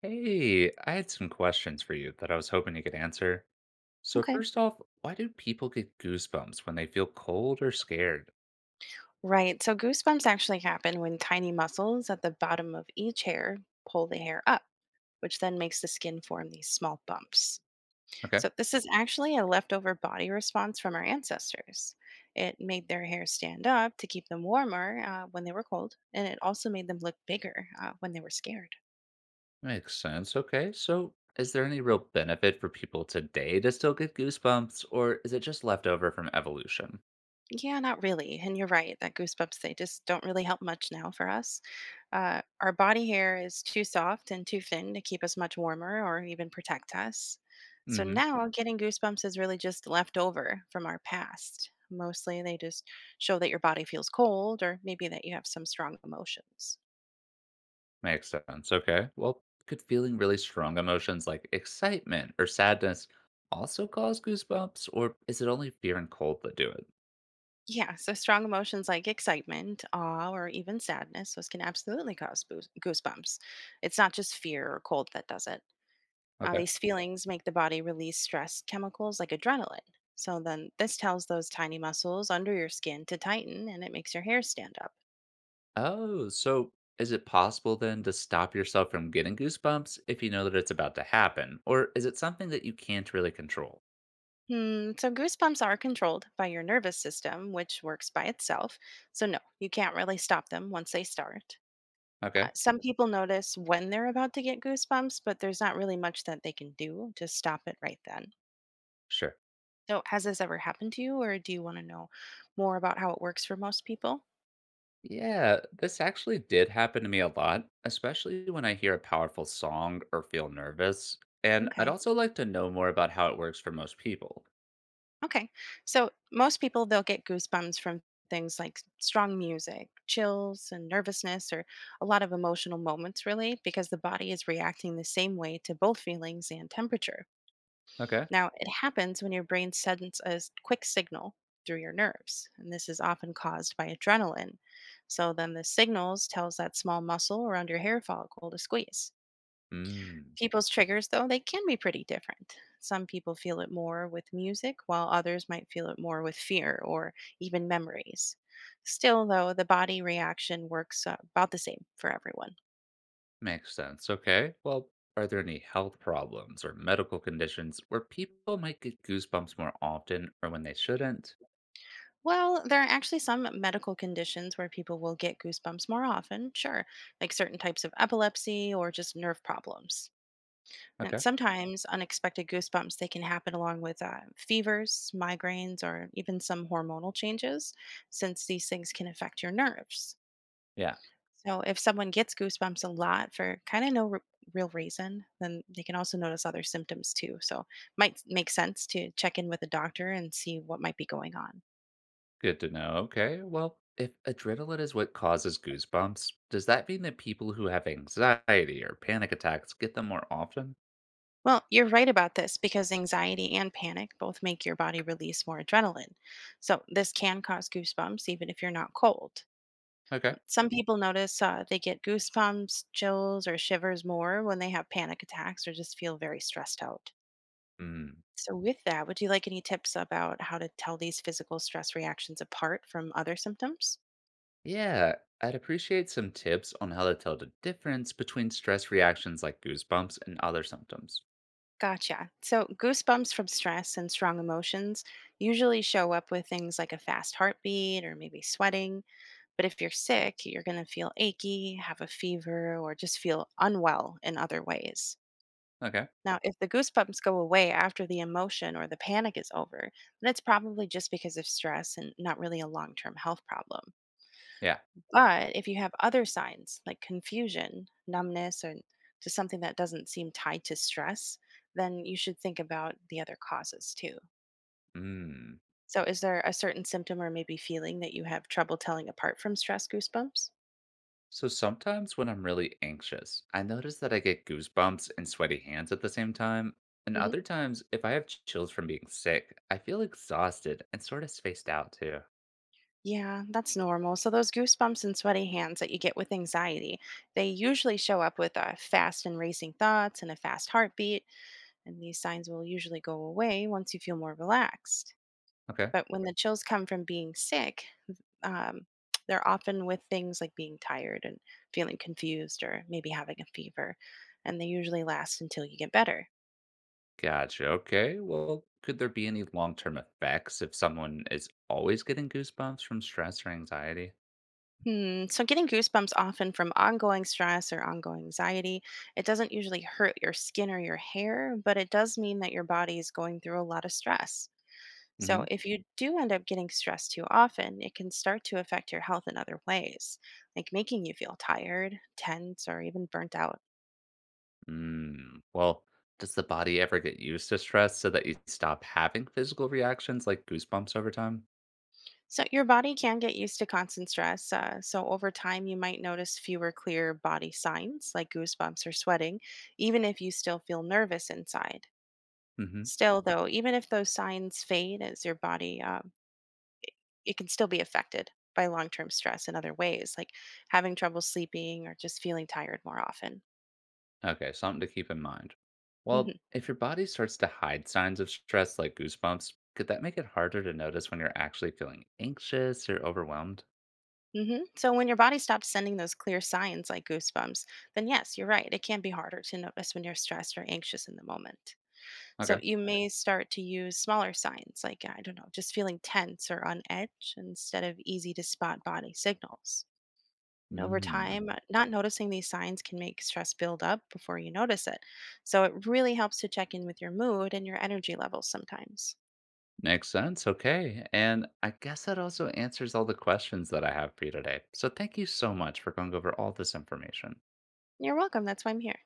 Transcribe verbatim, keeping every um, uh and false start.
Hey, I had some questions for you that I was hoping you could answer. So Okay. first off, why do people get goosebumps when they feel cold or scared? Right. So goosebumps actually happen when tiny muscles at the bottom of each hair pull the hair up, which then makes the skin form these small bumps. Okay, So this is actually a leftover body response from our ancestors. It made their hair stand up to keep them warmer uh, when they were cold, and it also made them look bigger uh, when they were scared. makes sense. Okay, so is there any real benefit for people today to still get goosebumps, or is it just left over from evolution? Yeah, not really. And you're right that goosebumps, they just don't really help much now for us. Uh, our body hair is too soft and too thin to keep us much warmer or even protect us. So Mm-hmm. now getting goosebumps is really just left over from our past. Mostly they just show that your body feels cold or maybe that you have some strong emotions. Makes sense. Okay. Well, could feeling really strong emotions like excitement or sadness also cause goosebumps, or is it only fear and cold that do it? Yeah, so strong emotions like excitement, awe, or even sadness, those can absolutely cause boos- goosebumps. It's not just fear or cold that does it. Uh, Okay. These feelings make the body release stress chemicals like adrenaline. So then this tells those tiny muscles under your skin to tighten and it makes your hair stand up. Oh, so is it possible then to stop yourself from getting goosebumps if you know that it's about to happen? Or is it something that you can't really control? Hmm, so goosebumps are controlled by your nervous system, which works by itself. So no, you can't really stop them once they start. Uh, Okay, Some people notice when they're about to get goosebumps, but there's not really much that they can do to stop it right then. sure. So has this ever happened to you, or do you want to know more about how it works for most people? Yeah, this actually did happen to me a lot, especially when I hear a powerful song or feel nervous. And I'd Okay. also like to know more about how it works for most people. Okay. So most people, they'll get goosebumps from things like strong music, chills and nervousness, or a lot of emotional moments, really, because the body is reacting the same way to both feelings and temperature. Okay. Now, it happens when your brain sends a s- quick signal through your nerves, and this is often caused by adrenaline. So then the signals tells that small muscle around your hair follicle to squeeze. Hmm, People's triggers, though, they can be pretty different. Some people feel it more with music, while others might feel it more with fear or even memories. Still, though, the body reaction works uh, about the same for everyone. makes sense. Okay. Well, are there any health problems or medical conditions where people might get goosebumps more often or when they shouldn't? Well, there are actually some medical conditions where people will get goosebumps more often, sure, like certain types of epilepsy or just nerve problems. Now, Okay. sometimes unexpected goosebumps, they can happen along with uh, fevers, migraines, or even some hormonal changes, since these things can affect your nerves. Yeah. So, if someone gets goosebumps a lot for kind of no re- real reason, then they can also notice other symptoms too. So, might make sense to check in with a doctor and see what might be going on. Good to know. Okay. Well, if adrenaline is what causes goosebumps, does that mean that people who have anxiety or panic attacks get them more often? Well, you're right about this because anxiety and panic both make your body release more adrenaline. So, this can cause goosebumps even if you're not cold. Okay. Some people notice uh, they get goosebumps, chills, or shivers more when they have panic attacks or just feel very stressed out. Hmm. So, with that, would you like any tips about how to tell these physical stress reactions apart from other symptoms? Yeah, I'd appreciate some tips on how to tell the difference between stress reactions like goosebumps and other symptoms. Gotcha. So, goosebumps from stress and strong emotions usually show up with things like a fast heartbeat or maybe sweating. But if you're sick, you're going to feel achy, have a fever, or just feel unwell in other ways. Okay. Now, if the goosebumps go away after the emotion or the panic is over, then it's probably just because of stress and not really a long term health problem. Yeah. But if you have other signs like confusion, numbness, or to something that doesn't seem tied to stress, then you should think about the other causes too. Hmm. So, is there a certain symptom or maybe feeling that you have trouble telling apart from stress goosebumps? So sometimes when I'm really anxious, I notice that I get goosebumps and sweaty hands at the same time. And other times, if I have chills from being sick, I feel exhausted and sort of spaced out too. Yeah, that's normal. So, those goosebumps and sweaty hands that you get with anxiety, they usually show up with uh, fast and racing thoughts and a fast heartbeat. And these signs will usually go away once you feel more relaxed. Okay. But when the chills come from being sick, um, they're often with things like being tired and feeling confused or maybe having a fever. And they usually last until you get better. Gotcha. Okay. Well, could there be any long term effects if someone is always getting goosebumps from stress or anxiety? Hmm. So, getting goosebumps often from ongoing stress or ongoing anxiety, it doesn't usually hurt your skin or your hair, but it does mean that your body is going through a lot of stress. Hmm. So, if you do end up getting stressed too often, it can start to affect your health in other ways, like making you feel tired, tense, or even burnt out. Mm, well, does the body ever get used to stress so that you stop having physical reactions like goosebumps over time? So, your body can get used to constant stress. Uh, so, over time, you might notice fewer clear body signs like goosebumps or sweating, even if you still feel nervous inside. Hmm. Still, though, even if those signs fade as your body, um, it can still be affected by long term stress in other ways, like having trouble sleeping or just feeling tired more often. Okay, something to keep in mind. Well, hmm if your body starts to hide signs of stress like goosebumps, could that make it harder to notice when you're actually feeling anxious or overwhelmed? hmm So, when your body stops sending those clear signs like goosebumps, then yes, you're right. It can be harder to notice when you're stressed or anxious in the moment. So, Okay. you may start to use smaller signs like, I don't know, just feeling tense or on edge instead of easy to spot body signals. And over Mm. time, uh, not noticing these signs can make stress build up before you notice it. So it really helps to check in with your mood and your energy levels sometimes. Makes sense. Okay. And I guess that also answers all the questions that I have for you today. So thank you so much for going over all this information. You're welcome. That's why I'm here.